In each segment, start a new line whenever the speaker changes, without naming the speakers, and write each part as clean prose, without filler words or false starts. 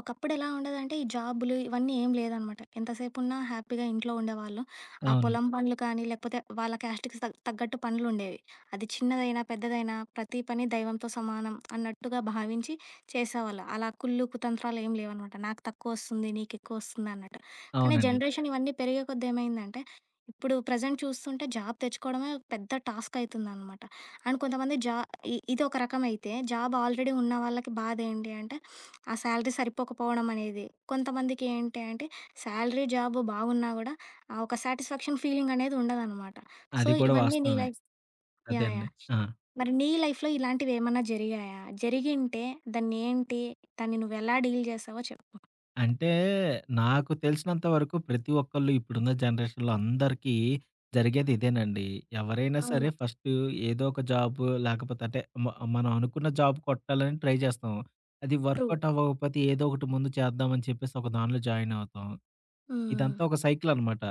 ఒకప్పుడు ఎలా ఉండేదంటే ఈ జాబులు ఇవన్నీ ఏం లేదనమాట. ఎంతసేపు ఉన్నా హ్యాపీగా ఇంట్లో ఉండేవాళ్ళు. ఆ
అవును.
పొలం పనులు కానీ, లేకపోతే వాళ్ళ క్యాస్ట్‌కి తగ్గట్టు పనులుండేవి. అది చిన్నదైనా, పెద్దదైనా ప్రతి పని దైవంతో సమానం అన్నట్టుగా భావించి చేసేవాళ్ళు. అలా కుళ్ళు, కుతంత్రాలు ఏం లేవనమాట. నాకు తక్కువొస్తుంది, నీకెక్కువొస్తుంది అన్నట్టు. కానీ
అవునండి.
జనరేషన్ ఇవన్నీ పెరిగే కొద్దీ ఏమైందంటే, ఇప్పుడు ప్రెజెంట్ చూస్తుంటే జాబ్ తెచ్చుకోవడమే పెద్ద టాస్క్ అయితుందనమాట. అండ్ కొంతమంది జా ఇ ఇదొక రకం అయితే, జాబ్ ఆల్రెడీ ఉన్న వాళ్ళకి బాధేంటి అంటే, ఆ శాలరీ సరిపోకపోవడం అనేది. కొంతమందికి ఏంటి అంటే శాలరీ జాబ్ బాగున్నా గూడా ఆ ఒక సాటిస్ఫాక్షన్ ఫీలింగ్ అనేది ఉండదనమాట. సో,
అది కూడా
ఇవన్నీ నీ
వాస్తవమే.
లైఫ్
అదే
యాహ్!
అండి.
యాహ్!
ఆ!
మరి నీ లైఫ్‌లో ఇలాంటివేమన్నా జరిగాయా? జరిగింటే దాన్నేంటి? దాన్ని నువ్వెలా డీల్ జేసావో చెప్పు?
అంటే నాకు తెలిసినంత వరకు ప్రతి ఒక్కళ్ళు ఇప్పుడున్న జనరేషన్‌లో అందరికీ జరిగేది ఇదేనండి. ఎవరైనా సరే
అవును.
ఫస్ట్ ఏదో ఒక జాబు లేకపోతే అంటే మనం అనుకున్న జాబ్ కొట్టాలని ట్రై చేస్తాం. అది
ట్రూ.
వర్కౌట్ అవ్వకపోతే ఏదో ఒకటి ముందు చేద్దాం అని చెప్పేసి ఒక దానిలో జాయిన్ అవుతాం.
హ్మ్.
ఇదంతా ఒక సైకిల్ అనమాట.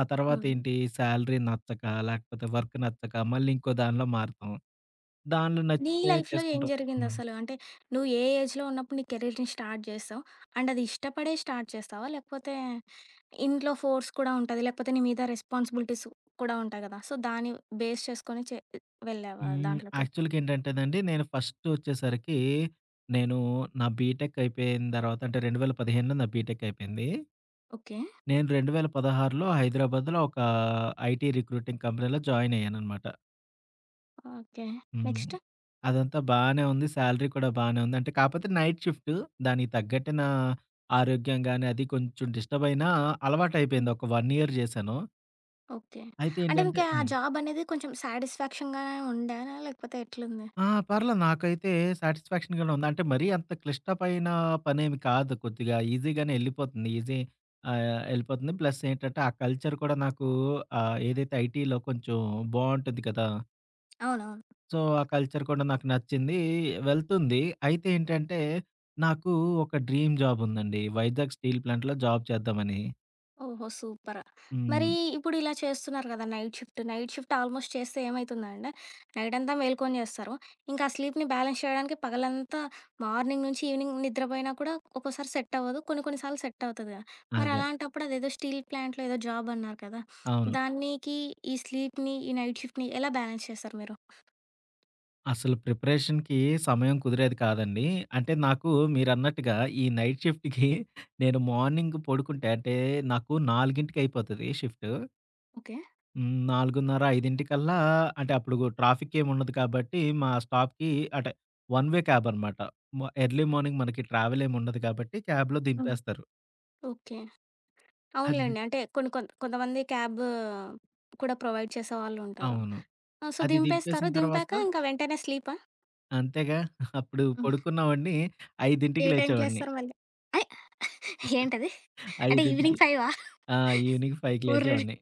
ఆ
హ్మ్.
తర్వాత
హ్మ్.
ఏంటి, సాలరీ నచ్చక లేకపోతే వర్క్ నచ్చక మళ్ళీ ఇంకో దానిలో మారతాం. దానిలో
నీ
నచ్చితే
లైఫ్‌లో ఏం
చేసుకుంటాం. హ్మ్.
జరిగిందసలు? అంటే నువ్వు ఏ ఏజ్‌లో ఉన్నప్పుడు నీ కెరీర్‌ని స్టార్ట్ చేస్తావు? అండ్ అది ఇష్టపడే స్టార్ట్ చేస్తావా? లేకపోతే ఇంట్లో ఫోర్స్ కూడా ఉంటది. లేకపోతే నీ మీద రెస్పాన్సిబిలిటీస్ కూడా ఉంటాయి కదా! సో, దాన్ని బేస్ చేసుకొని వెళ్ళావా
హ్మ్.
దాంట్లోకి?
యాక్చువల్‌గా ఏంటంటేనండి, నేను ఫస్ట్ వచ్చేసరికి నేను నా బీటెక్ అయిపోయిన తర్వాత అంటే 2015లో నా బీటెక్ అయిపోయింది.
ఓకే.
నేను 2016లో హైదరాబాద్‌లో ఒక ఐటీ రిక్రూటింగ్ కంపెనీలో జాయిన్ అయ్యాననమాట.
ఓకే.
హ్మ్.
నెక్స్ట్?
అదంతా బానే ఉంది. సాలరీ కూడా బానే ఉంది. అంటే కాపోతే నైట్ షిఫ్ట్. దానికి తగ్గట్టు నా ఆరోగ్యం గాని అది కొంచెం డిస్టర్బ్ అయినా
హ్మ్.
అలవాటయిపోయింది. ఒక 1 ఇయర్ చేశాను.
ఓకే.
అయితే
అంటే
ఏంటంటే
మీకా ఆ
హ్మ్.
జాబ్ అనేది కొంచెం సాటిస్ఫాక్షన్‌గానే ఉండానా? లేకపోతే ఎట్లుంది?
ఆ! పర్లేదు, నాకైతే సాటిస్ఫాక్షన్‌గానే ఉంది. అంటే మరీ అంత క్లిష్టమైన పనేమి కాదు. కొద్దిగా ఈజీగానే ఎళ్ళిపోతుంది. ఎళ్ళిపోతుంది. ప్లస్ ఏంటంటే ఆ కల్చర్ కూడా నాకు ఏదైతే ఐటీలో కొంచెం బావుంటుంది కదా!
అవునవును.
సో, ఆ కల్చర్ కూడా నాకు నచ్చింది. వెళ్తుంది. అయితే ఏంటంటే నాకు ఒక డ్రీమ్ జాబ్ ఉందండి. వైజాగ్ స్టీల్ ప్లాంట్‌లో జాబ్ చేద్దామని.
ఓహో! సూపర్. మరి
హ్మ్.
ఇప్పుడు ఇలా చేస్తున్నారు కదా! Night shift. Night shift almost చేస్తే ఏమైతుందంటే నైటంతా మేలుకొని చేస్తారు. ఇంకా ఆ స్లీప్‌ని బ్యాలెన్స్ చేయడానికి పగలంతా మార్నింగ్ నుంచి ఈవినింగ్ నిద్రపోయినా కూడా ఒక్కోసారి సెట్ అవ్వదు. కొన్ని కొన్ని సార్లు సెట్ అవుతది కదా! మరి
అదే.
అలాంటప్పుడు అదేదో స్టీల్ ప్లాంట్‌లో ఏదో జాబ్ అన్నారు కదా!
అవును.
దానికి ఈ స్లీప్‌ని, ఈ నైట్ షిఫ్ట్‌ని ఎలా బ్యాలెన్స్ చేస్తారు మీరు?
అసలు ప్రిపరేషన్‌కి సమయం కుదిరేది కాదండి. అంటే నాకు మీరన్నట్టుగా ఈ నైట్ షిఫ్ట్‌కి నేను మార్నింగ్ పడుకుంటే, అంటే నాకు 4కి అయిపోతది షిఫ్టు.
ఓకే.
హ్మ్. 4:30, 5 అంటే అప్పుడు ట్రాఫిక్ ఏమి ఉండదు కాబట్టి మా స్టాప్‌కి, అంటే వన్ వే క్యాబ్ అనమాట. ఎర్లీ మార్నింగ్ మనకి ట్రావెల్ ఏమి ఉండదు కాబట్టి క్యాబ్‌లో
హ్మ్.
దింపేస్తారు.
ఓకే.
అది.
అవునులెండి. అంటే కొన్ని కొంతమంది క్యాబ్ కూడా ప్రొవైడ్ చేసేవాళ్ళుంటారు.
అవును.
సో,
అది
దింపేస్తారు.
దింపేసిన తర్వాత
దింపాక ఇంకా వెంటనే స్లీపా?
అంతేగా, అప్పుడు పడుకున్నవాడిని 5కి
ఏ
లేచేవాడిని.
టైం‌కిలేస్తారు మళ్ళీ? అయ్! ఏంటది? అంటే
5కి.
ఈవినింగ్ 5ఆ?
ఆ! ఈవినింగ్ 5కి
ఓర్రె!
లేచేవాడిని.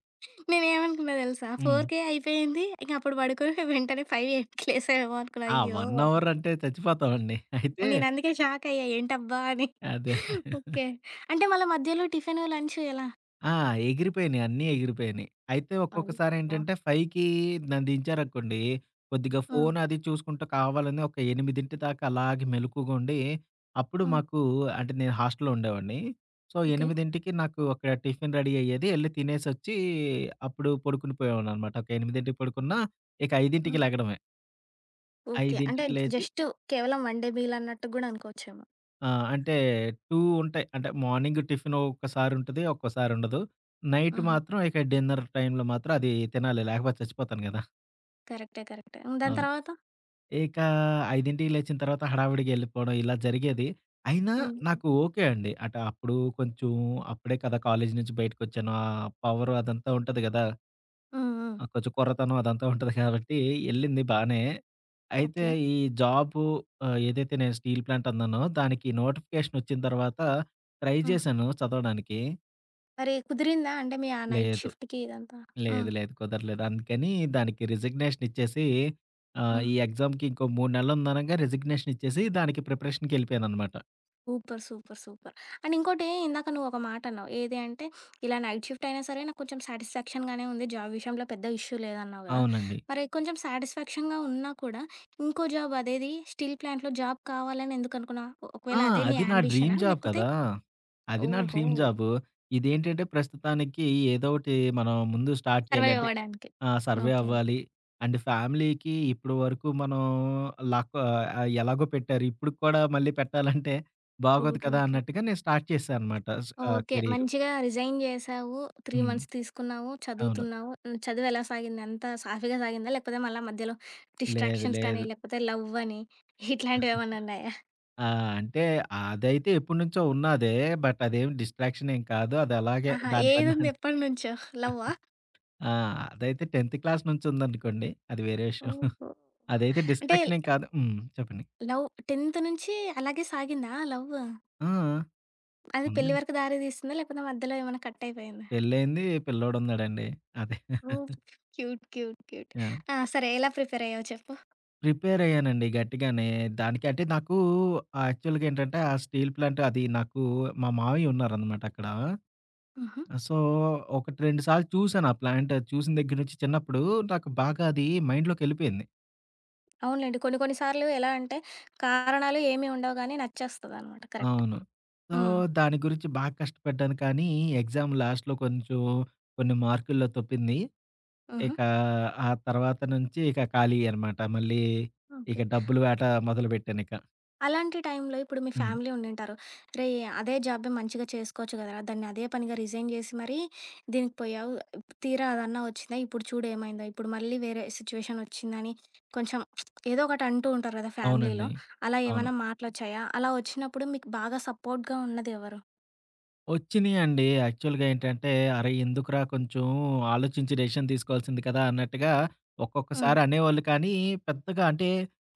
నేనేమనుకున్నా తెలుసా?
హ్మ్.
4కే అయిపోయింది. ఇంక అప్పుడు పడుకొని వెంటనే 5 ఏంటికి లేసావేమో అనుకున్నా.
ఆ! 1
అయ్యో!
అవర్ అంటే చచ్చిపోతామండి. అయితే
నేనందుకే షాక్ అయ్యా. ఏంటబ్బా! అని.
అదే.
ఓకే. అంటే మళ్ళా మధ్యలో టిఫిను, లంచు ఎలా?
ఆ! ఎగిరిపోయినియి, అన్నీ ఎగిరిపోయినియి. అయితే
అబ్బా!
ఒక్కొక్కసారేంటంటే 5కి నన్ను దించారనుకోండి, కొద్దిగా
హ్మ్.
ఫోన్ అది చూసుకుంటూ కావాలని ఒక 8 దాకా అలాగే మెలకువగా ఉండి, అప్పుడు
హ్మ్.
మాకు, అంటే నేను హాస్టల్‌లో ఉండేవాడిని. So,
okay.
8కి నాకు అక్కడ టిఫిన్ రెడీ అయ్యేది. ఎళ్లి తినేసొచ్చి అప్పుడు పడుకుని పోయేవాడిననమాట. ఒక 8కి పడుకున్నా, ఇక 5కి
హ్మ్.
లెగడమే.
ఓకే.
5కి
అంటే
లేచి.
జస్ట్ కేవలం వన్ డే మీల్ అన్నట్టు గూడా అనుకోవచ్చేమో.
ఆ! అంటే 2 ఉంటాయి. అంటే మార్నింగ్ టిఫిన్ ఒక్కసారి ఉంటది, ఒక్కోసారి ఉండదు. నైట్
హుహు.
మాత్రం ఇక డిన్నర్ టైమ్‌లో మాత్రం అది తినాలి. లేకపోతే చచ్చిపోతాను గదా!
కరెక్టే. కరెక్టే. హ్మ్. దాని
అవును.
తర్వాత?
ఇక 5కి లేచిన తర్వాత హడావిడిగా ఎళ్ళిపోవడం ఇలా జరిగేది. అయినా
హ్మ్. హ్మ్.
నాకు ఓకే అండి. అంటే అప్పుడు కొంచెం అప్పుడే కదా కాలేజీ నుంచి బయటకొచ్చాను. ఆ పవర్ అదంతా ఉంటది గదా!
హ్మ్.
ఆ! కొంచెం కుర్రతనం అదంతా ఉంటది కాబట్టి ఎళ్ళింది బానే. అయితే
ఓకే.
ఈ జాబు, ఏదైతే నేను స్టీల్ ప్లాంట్ అన్నానో దానికి నోటిఫికేషన్ వచ్చిన తర్వాత ట్రై
హ్మ్.
చేశాను చదవడానికి.
మరి కుదిరిందా? అంటే మీ ఆ నైట్
లేదు.
షిఫ్ట్‌కి ఇదంతా? ఆ!
లేదు. కుదరలేదు. అందుకని దానికి రిజిగ్నేషన్ ఇచ్చేసి,
ఆ!
ఈ ఎగ్జామ్‌కి ఇంకో 3 నెలలు ఉందనంగా రిజిగ్నేషన్ ఇచ్చేసి దానికి ప్రిపరేషన్‌కెళ్ళిపోయాననమాట.
సూపర్. సూపర్. సూపర్. అండ్ ఇంకోటి ఇందాక నువ్వు ఒక మాట అన్నావు. ఏది అంటే, ఇలా నైట్ షిఫ్ట్ అయినా సరే నాకు కొంచెం సాటిస్ఫాక్షన్‌గానే ఉంది. జాబ్ విషయంలో పెద్ద ఇష్యూ లేదన్నావు గదా!
అవునండి.
మరి కొంచెం సాటిస్ఫాక్షన్‌గా ఉన్నా కూడా ఇంకో జాబ్ అదేది స్టీల్ ప్లాంట్‌లో జాబ్ కావాలని ఎందుకు అనుకున్నావు?
ఆ!
ఒకవేళ అదే నీ
అది నా డ్రీమ్
యాంబిషనా?
జాబ్
లేకపోతే
కదా! అది నా
ఓహో!
Dream job. ఇదేంటంటే ప్రస్తుతానికి ఏదో ఒకటి మనం ముందు స్టార్ట్ చేయాలి,
సర్వైవ్
అంటే
అవ్వడానికి.
Survey
okay. ఓకే.
అవ్వాలి. అండ్ ఫ్యామిలీకి ఇప్పుడు వరకు మనం ఎలాగో పెట్టారు. ఇప్పుడు కూడా మళ్ళీ పెట్టాలంటే
ట్రూ.
బాగోదు
ట్రూ.
కదా
ట్రూ.
అన్నట్టుగా నేను స్టార్ట్ చేశా అనమాట.
ఓకే.
కెరీరు.
మంచిగా రిజైన్ జేశావు. 3
హ్మ్.
మంత్స్ తీసుకున్నావు.
అవును.
చదువుతున్నావు. హ్మ్. చదువు ఎలా సాగింది? అంతా సాఫీగా సాగిందా? లేకపోతే మళ్ళా మధ్యలో
లేదు.
డిస్ట్రాక్షన్స్ కానీ,
లేదు.
లేకపోతే లవ్ అని ఇట్లాంటివేమన్నా ఉన్నాయా?
ఆ! అంటే అదైతే ఎప్పటినుంచో ఉన్నాదే. బట్ అదేమి డిస్ట్రాక్షన్ ఏం కాదు. అది అలాగే
ఆహా!
దాని
ఏదుంది
పని.
ఎప్పటినుంచో లవ్వా?
ఆ! అదైతే 10థ్ క్లాస్ నుంచుందనుకోండి. అది వేరే విషయం.
ఓహో!
అదైతే
అంటే
డిస్ట్రాక్షనేం కాదు. హ్మ్. చెప్పండి.
లవ్ 10th నుంచి అలాగే సాగిందా లవ్?
ఆ! ఆ!
అది పెళ్లి
ఉందండి.
వరకు దారి తీస్తుందా? లేకపోతే మధ్యలో ఏమైనా కట్ అయిపోయిందా?
పెళ్లయింది. పిల్లోడున్నాడండి. అదే.
ఓహ్! క్యూట్. క్యూట్. క్యూట్.
యాహ్!
ఆ! సరే ఎలా ప్రిపేర్ అయ్యావు చెప్పు?
ప్రిపేరయ్యానండి గట్టిగానే. దానికి, అంటే నాకు యాక్చువల్‌గా ఏంటంటే, ఆ స్టీల్ ప్లాంట్ అది నాకు మా మావయ్య ఉన్నారనమాట అక్కడ. సో, ఒకటి, 2 సార్లు చూసాను. ఆ ప్లాంట్ చూసిన దగ్గర నుంచి చిన్నప్పుడు నాకు బాగా అది మైండ్‌లోకెళ్ళిపోయింది.
అవునులెండి. కొన్ని కొన్ని సార్లు ఎలా అంటే కారణాలు ఏమి ఉండవు గానీ నచ్చేస్తదనమాట. కరెక్ట్.
అవును. సో,
హ్మ్.
దాని గురించి బాగా కష్టపడ్డాను కానీ, ఎగ్జామ్ లాస్ట్‌లో కొంచెం కొన్ని మార్కుల్లో తప్పింది.
హుహు.
ఇక ఆ తర్వాత నుంచి ఇక ఖాళీ అనమాట. మళ్ళీ ఇక
ఓకే.
డబ్బులు వేట మొదలుపెట్టానిక.
అలాంటి టైంలో ఇప్పుడు మీ
హ్మ్.
ఫ్యామిలీ ఉండింటారు. "రేయ్! అదే జాబ్ మంచిగా చేసుకోవచ్చు కదరా! దాన్ని అదే పనిగా రిజైన్ చేసి మరీ దీనికి పోయావు. తీరా అదన్నా వచ్చిందా? ఇప్పుడు చూడు ఏమైందో? ఇప్పుడు మళ్ళీ వేరే సిచ్యువేషన్ వచ్చిందని" కొంచెం ఏదో ఒకటి అంటూ ఉంటారు కదా
అవునండి.
ఫ్యామిలీలో. అలా
అవును.
ఏమన్నా మాటలొచ్చాయా? అలా వచ్చినప్పుడు మీకు బాగా సపోర్ట్‌గా ఉన్నది ఎవరు?
వచ్చినియండి. యాక్చువల్‌గా ఏంటంటే, అరే! ఎందుకురా కొంచెం ఆలోచించి డెసిషన్ తీసుకోవాల్సింది కదా అన్నట్టుగా
హ్మ్.
ఒక్కొక్కసారి అనేవాళ్ళు కానీ, పెద్దగా అంటే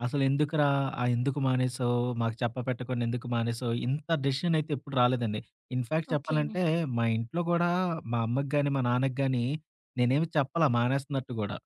అసలెందుకురా? ఎందుకు మానేసావు? మాకు చెప్పపెట్టకుండా ఎందుకు మానేసావు? ఇంత డెసిషన్ అయితే ఎప్పుడు రాలేదండి. In fact
okay.
చెప్పాలంటే, మా ఇంట్లో గూడా మా అమ్మకి గాని, మా నాన్నకి గాని నేనేమి చెప్పలా మానేస్తున్నట్టు గూడా.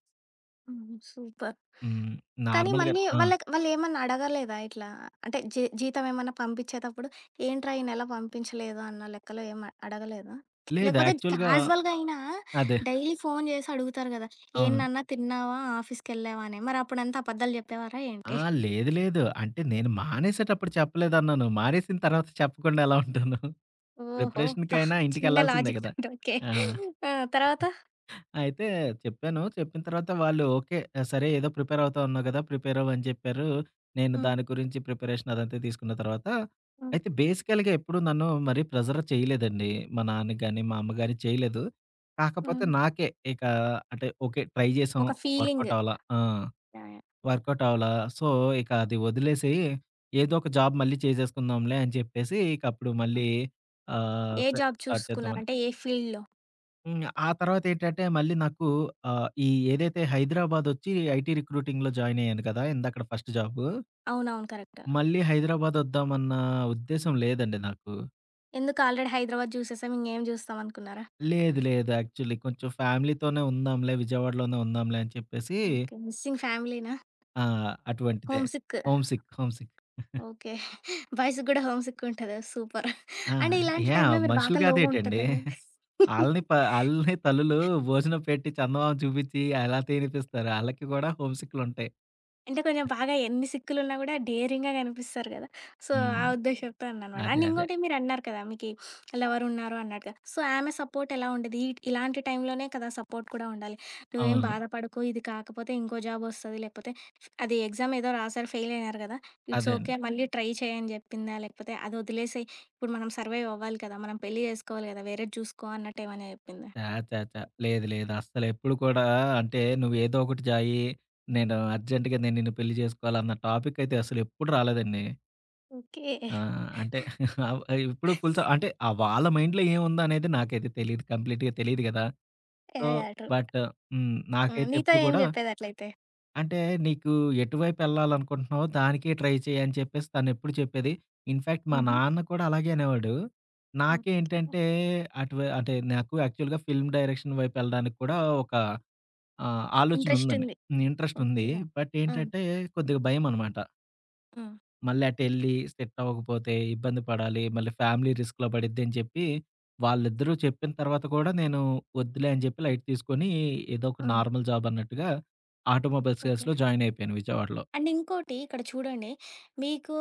హ్మ్. సూపర్.
హ్మ్.
కానీ
నార్మల్‌గా.
మళ్ళీ
ఆ!
వాళ్ళకి వాళ్ళేమన్నా అడగలేదా ఇట్లా? అంటే జీతం ఏమన్నా పంపించేతప్పుడు, "ఏంట్రా ఈ నెల పంపించలేదు" అన్న లెక్కలో ఏం అడగలేదా?
లేదు,
లేకపోతే
యాక్చువల్‌గా
క్యాజువల్‌గా అయినా
అదే.
డైలీ ఫోను చేసి అడుగుతారు కదా! "ఏం
అవును.
నాన్న తిన్నావా? ఆఫీస్‌కెళ్ళావా?" అని. మరి అప్పుడంతా అబద్ధాలు చెప్పేవారా
ఆ!
ఏంటి?
లేదు లేదు. అంటే నేను మానేసేటప్పుడు చెప్పలేదన్నాను. మానేసిన తర్వాత చెప్పకుండా ఎలా ఉంటాను?
ఓహో! అబ్బా!
ప్రిపరేషన్‌కైనా
చిన్న
ఇంటికెళ్ళాల్సిందే
లాజిక్
గదా!
పాయింట్. ఓకే.
ఆ!
ఆ! తర్వాత?
అయితే చెప్పాను. చెప్పిన తర్వాత వాళ్ళు ఓకే. సరే ఏదో ప్రిపేర్ అవుతా అన్నావు గదా, ప్రిపేర్ అవ్వు అని చెప్పారు. నేను
హ్మ్.
దాని గురించి ప్రిపరేషన్ అదంతా తీసుకున్న తర్వాత
హ్మ్.
అయితే బేసికల్‌గా ఎప్పుడు నన్ను మరీ ప్రెజర్ చేయలేదండి. మా నాన్న గాని, మా అమ్మ గాని చేయలేదు. కాకపోతే
హ్మ్.
నాకే ఇక అంటే ఓకే, ట్రై చేసాం.
ఒక ఫీలింగ్.
వర్కౌట్ అవ్వలా. ఆ!
యాహ్! యాహ్!
వర్కౌట్ అవ్వలా. సో, ఇక అది వదిలేసి ఏదో ఒక జాబ్ మళ్ళీ చేసేసుకుందాంలే అని చెప్పేసి ఇక అప్పుడు
హ్మ్.
మళ్ళీ ఆహ్,
ఏ
స
జాబ్
స్టార్ట్
చూసుకున్నారు?
చేద్దామని.
అంటే ఏ ఫీల్డ్‌లో?
హ్మ్. ఆ తర్వాతేంటంటే మళ్ళీ నాకు ఈ ఏదైతే హైదరాబాదొచ్చి ఐటీ రిక్రూటింగ్‌లో జాయిన్ అయ్యాను కదా, ఇందాకడ ఫస్ట్ జాబు.
అవునవును. కరెక్ట్.
మళ్ళీ హైదరాబాద్ వద్దామన్న ఉద్దేశ్యం లేదండి నాకు.
ఎందుకు ఆల్రెడీ హైదరాబాద్ జూసేసాం. ఇంగేం జూస్తామనుకున్నారా?
లేదు లేదు. యాక్చువల్లీ కొంచెం ఫ్యామిలీతోనే ఉందాంలే, విజయవాడలోనే ఉందాంలే అని చెప్పేసి.
ఓకే. మిస్సింగ్ ఫ్యామిలీనా?
ఆ! అటువంటిదే.
Home sick.
Home sick, home sick.
Okay. బాయ్స్‌కి గూడా హోమ్ సిక్ ఉంటదా? సూపర్.
ఆ!
అంటే ఇలాంటి
యాహ్!
టైంలో మీరు
మనుషులు
బాగా లోగా
కాదేటండి.
ఉంటుంటారు గదా!
ఆళ్ళని ప ఆళ్ళని తల్లులు భోజనం పెట్టి, చందమామ చూపిచ్చి అలా తినిపిస్తారు. ఆళ్ళకి కూడా హోమ్ సిక్‌లుంటాయి.
అంటే కొంచెం బాగా ఎన్ని సిక్కులున్నా గూడా డేరింగ్‌గా కనిపిస్తారు గదా! సో, ఆ
హ్మ్.
ఉద్దేశంతో అన్నానమాట.
అదే.
అండ్
అదే.
ఇంకోటి మీరన్నారు కదా! మీకి లవరున్నారు అన్నట్టుగా. సో, ఆమె సపోర్ట్ ఎలా ఉండేది? ఇలాంటి టైంలోనే కదా సపోర్ట్ కూడా ఉండాలి. "నువ్వేం
అవును.
బాధపడకు, ఇది కాకపోతే ఇంకో జాబొస్తది, లేకపోతే అది ఎగ్జామ్ ఏదో రాసారు, ఫెయిల్ అయినారు గదా! ఇట్స్
అదే అండి.
ఓకే. మళ్ళీ ట్రై చెయి" అని జెప్పిందా? లేకపోతే అది వదిలేసేయి, ఇప్పుడు మనం సర్వైవ్ అవ్వాలి కదా! మనం పెళ్లి జేసుకోవాలి గదా! వేరేది జూసుకో అన్నట్టేమైనా జెప్పిందా?
ఛా! ఛా! లేదు. లేదు. అస్సలెప్పుడు కూడా అంటే నువ్వేదో ఒకటి జాయి, నేను నిన్ను పెళ్లి చేసుకోవాలన్న టాపిక్ అయితే అసలెప్పుడు రాలేదండి.
ఓకే.
ఆ! అంటే అవ్ ఇప్పుడు ఫుల్ స అంటే ఆ వాళ్ళ మైండ్‌లో ఏముందనేది నాకైతే తెలీదు. కంప్లీట్‌గా తెలీదు గదా! So,
yeah! Yeah! True.
But హ్మ్.
హ్మ్.
నాకైతే
నీతో
ఎప్పుడు
ఏం
కూడా
జెప్పేది అట్లయితే?
అంటే నీకు ఎటువైపు ఎళ్ళాలనుకుంటున్నావో దానికే ట్రై చెయి అని చెప్పేసి తనెప్పుడు చెప్పేది. ఇన్‌ఫాక్ట్ మా
హుహు.
నాన్న కూడా అలాగే అనేవాడు.
హ్మ్.
నాకేంటంటే అటు వై అంటే నాకు యాక్చువల్‌గా ఫిల్మ్ డైరెక్షన్ వైపు ఎళ్ళడానికి కూడా ఒక ఆలోచనుందండి.
ఇంట్రెస్టుంది.
ఇంట్రెస్టుంది.
ఓకే.
బట్
ఆ!
ఏంటంటే కొద్దిగా భయమనమాట.
ఆ!
మళ్ళీ అటెళ్ళి సెట్ అవ్వకపోతే ఇబ్బంది పడాలి. మళ్ళీ ఫ్యామిలీ రిస్క్‌లో పడిద్ది అని చెప్పి, వాళ్ళిద్దరూ చెప్పిన తర్వాత కూడా నేను వద్దులే అని చెప్పి లైట్ తీసుకొని ఏదో ఒక
ఆ!
నార్మల్ జాబ్ అన్నట్టుగా ఆటోమొబైల్
ఓకే.
సేల్స్‌లో జాయిన్ అయిపోయాను విజయవాడలో.
అండ్ ఇంకోటి ఇక్కడ చూడండి, మీకు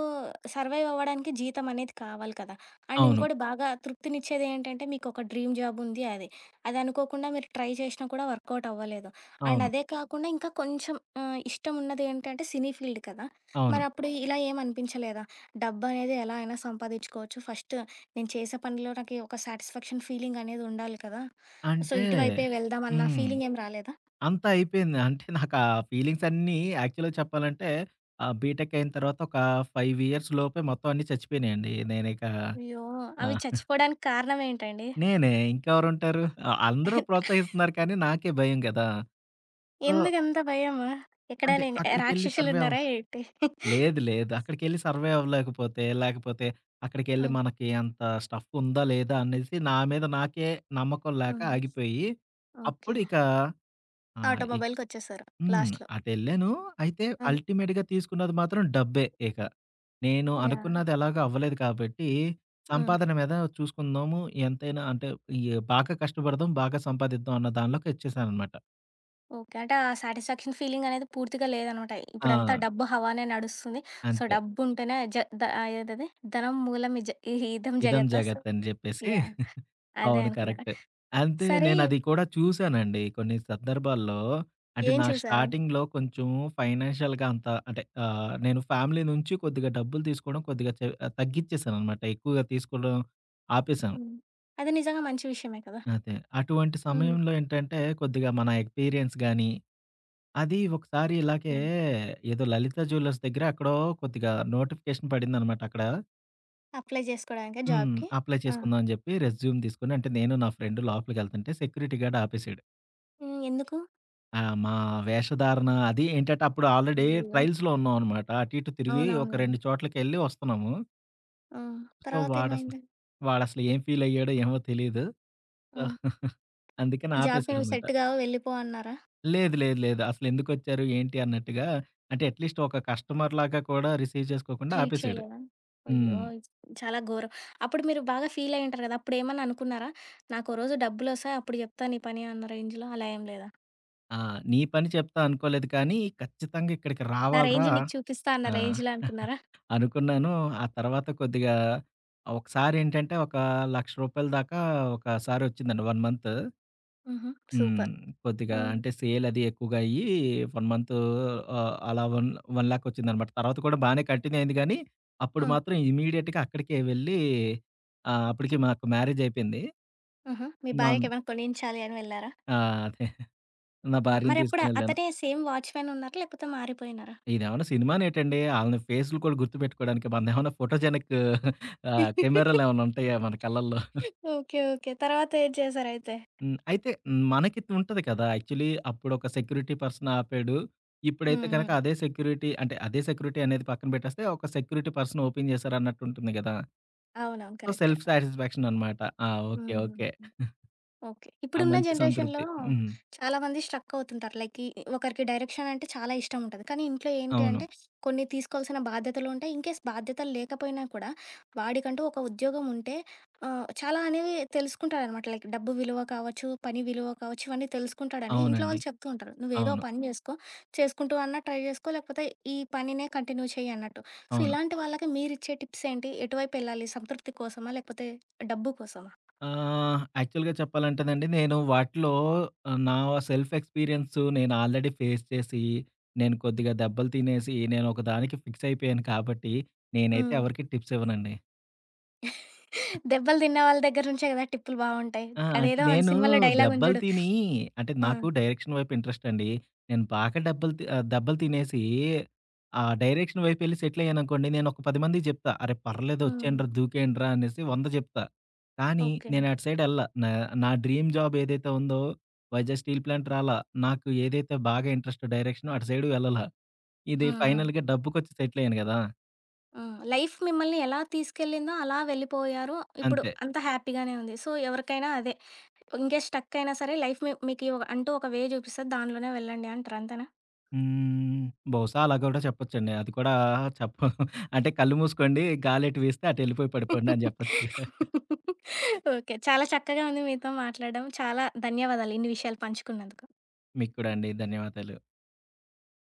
సర్వైవ్ అవ్వడానికి జీతం అనేది కావాలి కదా! అండ్
అవును.
ఇంకోటి బాగా తృప్తినిచ్చేది ఏంటంటే, మీకొక డ్రీమ్ జాబ్ ఉంది అది. అది అనుకోకుండా మీరు ట్రై చేషినా కూడా వర్కౌట్ అవ్వలేదు. అండ్
అవును.
అదే కాకుండా ఇంకా కొంచెం ఇష్టం ఉన్నది ఏంటంటే సినీ ఫీల్డ్ కదా!
అవును.
మరి అప్పుడు ఇలా ఏమనిపించలేదా? డబ్బనేది ఎలా అయినా సంపాదించుకోవచ్చు. ఫస్ట్ నేను చేసే పనిలో నాకి ఒక సాటిస్ఫాక్షన్ ఫీలింగ్ అనేది ఉండాలి కదా! సో,
అంటే
ఇటువైపే వెళ్దామన్న
హ్మ్.
ఫీలింగ్ ఏం రాలేదా?
అంతా అయిపోయింది. అంటే నాకు ఆ ఫీలింగ్స్ అన్నీ యాక్చువల్‌గా చెప్పాలంటే బీటెక్ అయిన తర్వాత ఒక 5 ఇయర్స్ లోపే మొత్తం అన్నీ చచ్చిపోయినాయండి. నేనిక.
అయ్యో!
ఆ!
అవి చచ్చిపోవడానికి కారణం ఏంటండి?
నేనే. ఇంకెవరుంటారు? అందరూ ప్రోత్సహిస్తున్నారు కానీ నాకే భయం గదా! సో,
ఎందుకంత భయము?
అంటే
ఎక్కడైనా ఇంగ
అక్కడికెళ్లి సర్వే అవ్
రాక్షసులున్నారా ఏంటి?
లేదు. లేదు. అక్కడికెళ్లి సర్వే అవ్వలేకపోతే, లేకపోతే అక్కడికెళ్లి
హ్మ్.
మనకి అంత స్టఫ్ ఉందా? లేదా? అనేసి నా మీద నాకే నమ్మకం లేక
హ్మ్.
ఆగిపోయి,
ఓకే.
అప్పుడు ఇక ఆహ్,
ఆటోమొబైల్‌కొచ్చేసారు
హ్మ్.
లాస్ట్‌లో.
అటెళ్ళాను. అయితే
హ్మ్.
అల్టిమేట్‌గా తీసుకున్నది మాత్రం డబ్బే ఇక. నేను
యాహ్!
అనుకున్నది ఎలాగో అవ్వలేదు కాబట్టి,
హ్మ్.
సంపాదన మీద చూసుకుందాము. ఎంతైనా అంటే ఈ బాగా కష్టపడదాం, బాగా సంపాదిద్దాం అన్న దానిలోకి వచ్చేసాననమాట.
ఓకే. అంటే ఆ సాటిస్ఫాక్షన్ ఫీలింగనేది పూర్తిగా లేదనమాట. ఇప్పుడంతా
ఆ!
డబ్బు హవానే నడుస్తుంది. సో,
అంతే.
డబ్బుంటేనే జ ద అదేదది ధనం మూలం ఇజ ఈ ఇదం
ఇదం
జగత సో
జగత్ అని జెప్పేసి
యాహ్! అదే
అవును.
అనుకున్నా.
కరెక్ట్. అంతే,
సరే
నేనది కూడా చూసానండి. కొన్ని సందర్భాల్లో అంటే
ఏం
నా
చూసారు?
స్టార్టింగ్‌లో కొంచెం ఫైనాన్షియల్‌గా అంత అంటే నేను ఫ్యామిలీ నుంచి కొద్దిగా డబ్బులు తీసుకోవడం కొద్దిగా తగ్గిచ్చేసాననమాట. ఎక్కువగా తీసుకోవడం ఆపేసాను.
హ్మ్. అది నిజంగా మంచి విషయమే కదా!
అదే. అటువంటి
హ్మ్.
సమయంలో ఏంటంటే కొద్దిగా మన ఎక్స్‌పీరియన్స్ గాని, అది ఒకసారి ఇలాగే
యాహ్!
ఏదో లలిత జ్యువెల్లర్స్ దగ్గర ఎక్కడో కొద్దిగా నోటిఫికేషన్ పడిందనమాట అక్కడ.
అప్లై జేసుకోడానికా
హ్మ్.
జాబ్‌కి?
అప్లై
ఆ!
చేసుకుందాం అని చెప్పి రెజ్యూమ్ తీసుకొని, అంటే నేను నా ఫ్రెండ్ లోపలికెళ్తుంటే సెక్యూరిటీ గార్డ్ ఆపేసాడు.
హ్మ్. ఎందుకు?
ఆ! మా వేషధారణ అది ఏంటంటే, అప్పుడు ఆల్రెడీ
అయ్యయ్యో!
ట్రైల్స్‌లో ఉన్నామనమాట. అటు ఇటు తిరిగి ఒక
అవునవునులెండి.
2 చోట్లకెళ్ళి వస్తున్నాము.
ఆ!
సో, వాడసలు
తర్వాతేమైంది?
వాడసలు ఏం ఫీలయ్యాడో ఏమో తెలీదు. సో,
హ్మ్.
అందుకని
ఈ జాబ్‌కి నువ్వు
ఆపేసాడనమాట.
సెట్ గావు వెళ్ళిపో అన్నారా?
లేదు. అసలెందుకొచ్చారు, ఏంటి అన్నట్టుగా, అంటే అట్‌లీస్ట్ ఒక కస్టమర్‌లాగా కూడా రిసీవ్ చేసుకోకుండా
ట్రీట్
ఆపేసాడు.
చేయలేదా? అయ్యో!
హ్మ్.
చాలా ఘోరం. అప్పుడు మీరు బాగా ఫీల్ అయ్యుంటారు కదా! అప్పుడేమన్నా అనుకున్నారా? నాకో రోజు డబ్బులొస్తాయి అప్పుడు చెప్తా నీ పని అన్న రేంజ్‌లో అలా ఏం లేదా?
ఆ! నీ పని చెప్తా అనుకోలేదు కానీ, ఖచ్చితంగా ఇక్కడికి
నా
రావాలిరా.
రేంజ్ నీకు చూపిస్తా అన్న
ఆ!
రేంజ్‌లో అనుకున్నారా?
అనుకున్నాను. ఆ తర్వాత కొద్దిగా ఒకసారేంటంటే, ఒక రూ. 1,00,000 దాకా ఒకసారొచ్చిందండి 1 మంతు.
హుహు.
హ్మ్.
సూపర్.
కొద్దిగా
ఆ!
అంటే సేల్ అది ఎక్కువగా అయ్యి 1 మంతు ఆహ్, అలా వన్ 1,00,000 వచ్చిందనమాట. తర్వాత కూడా బానే కంటిన్యూ అయింది గానీ, అప్పుడు
ఆ!
మాత్రం ఇమ్మీడియేట్‌గా అక్కడికే వెళ్ళి అప్పటికి
ఓకే.
మాకు మ్యారేజయిపోయింది.
ఆహా! మీ
మా
భార్యకేమైనా కొనించాలి అని వెళ్లారా?
ఆ! అదే. నా
ఆ!
భార్యని
మరప్పుడు
తీసుకొనెళ్ళాను.
అతనే సేమ్ వాచ్‌మెన్ ఉన్నారా? లేకపోతే మారిపోయినారా?
ఇదేమన్నా సినిమానేటండి. ఆళ్ళని ఫేసులు కూడా గుర్తుపెట్టుకోడానికి మనదేమన్నా ఫోటోజెనిక్ కెమెరాలేమన్నా ఉంటాయా మన కళ్ళల్లో?
ఓకే. ఓకే. తర్వాత ఏం చేశారైతే?
హ్మ్. అయితే మనకి ఉంటది కదా! యాక్చువల్లీ అప్పుడొక సెక్యూరిటీ పర్సన్ ఆపాడు. ఇప్పుడైతే
హ్మ్.
గనక
హ్మ్.
అదే సెక్యూరిటీ అనేది పక్కన పెట్టేస్తే ఒక సెక్యూరిటీ పర్సన్ ఓపెన్ చేశారన్నట్టు ఉంటుంది గదా!
అవునవును.
సో,
కరెక్టే.
సెల్ఫ్ సాటిస్ఫాక్షన్ అనమాట. ఆ! ఓకే.
హుహుహు.
ఓకే.
ఓకే.
ఆ
ఇప్పుడున్న
మంచి
జనరేషన్‌లో
సంతృప్తి. హ్మ్.
చాలామంది స్ట్రక్ అవుతుంటారు. లైక్ ఈ ఒకరికి డైరెక్షన్ అంటే చాలా ఇష్టం ఉంటది. కానీ ఇంట్లో ఏంటి
అవును.
అంటే కొన్ని తీసుకోవాల్సిన బాధ్యతలు ఉంటాయి. ఇన్‌కేస్ బాధ్యతలు లేకపోయినా కూడా వాడికంటూ ఒక ఉద్యోగం ఉంటే చాలా అనేవి తెలుసుకుంటాడనమాట. లైక్ డబ్బు విలువ కావచ్చు, పని విలువ కావచ్చు ఇవన్నీ తెలుసుకుంటాడని ఇంట్లో
అవునండి.
వాళ్ళు చెప్తూ ఉంటారు. "నువ్వేదో
అవును.
పని జేసుకో, చేసుకుంటూ అన్నా ట్రై జేసుకో లేకపోతే ఈ పనినే కంటిన్యూ చెయ్యి" అన్నట్టు. సో,
అవును.
ఇలాంటి వాళ్ళకి మీరిచ్చే టిప్స్ ఏంటి? ఎటువైపు వెళ్ళాలి? సంతృప్తి కోసమా? లేకపోతే డబ్బు కోసమా?
యాక్చువల్‌గా చెప్పాలంటేనండి నేను వాటిలో నా సెల్ఫ్ ఎక్స్‌పీరియన్స్ నేను ఆల్రెడీ ఫేస్ చేసి, నేను కొద్దిగా దెబ్బలు తినేసి, నేను ఒకదానికి ఫిక్స్ అయిపోయాను కాబట్టి నేనైతే
హ్మ్.
ఎవరికీ టిప్స్ ఇవ్వనండి.
దెబ్బలు తిన్న వాళ్ళ దగ్గర నుంచే గదా! టిప్పులు బావుంటాయి.
ఆ! అంటే
అదేదో మన
నేను
సినిమాలో డైలాగ్ ఉంది
దెబ్బలు
జూడు.
తిని, అంటే
ఆ!
నాకు డైరెక్షన్ వైపు ఇంట్రెస్ట్ అండి. నేను బాగా దెబ్బలు తినేసి ఆ డైరెక్షన్ వైపెళ్లి సెటిల్ అయ్యాననుకోండి, నేను ఒక 10 మందికి చెప్తా. "అరే! పర్లేదు
హ్మ్.
వచ్చేయండిరా, దూకేయండిరా" అనేసి 100 చెప్తా. కానీ
ఓకే.
నేను అటు సైడ్ ఎళ్ళా. నా నా డ్రీమ్ జాబ్ ఏదైతే ఉందో వైజాగ్ స్టీల్ ప్లాంట్ రాలా. నాకు ఏదైతే బాగా ఇంట్రెస్టో డైరెక్షనో అటు సైడు వెళ్ళలా. ఇది
హ్మ్. హ్మ్.
ఫైనల్‌గా డబ్బుకొచ్చి సెటిల్ అయ్యాను గదా!
హ్మ్. లైఫ్ మిమ్మల్ని ఎలా తీసుకెళ్ళిందో అలా వెళ్ళిపోయారు. ఇప్పుడు
అంతే.
అంతా హ్యాపీగానే ఉంది. సో, ఎవరికైనా అదే. ఇన్‌కేస్ స్ట్రక్ అయినా సరే లైఫ్ మీ మీకి ఒ అంటూ ఒక వే చూపిస్తది. దానిలోనే వెళ్ళండి అంటారు. అంతేనా?
హ్మ్. బహుశా అలా గూడా చెప్పొచ్చండి. అది కూడా చెప్ప అంటే కళ్ళు మూసుకోండి, గాలేటు వీస్తే అటెళ్ళిపోయి పడిపోండి అని జెప్పొచ్చుగా.
ఓకే. చాలా చక్కగా ఉంది మీతో మాట్లాడడం. చాలా ధన్యవాదాలు ఇన్ని విషయాలు పంచుకున్నందుకు.
మీకు కూడా అండి. ధన్యవాదాలు.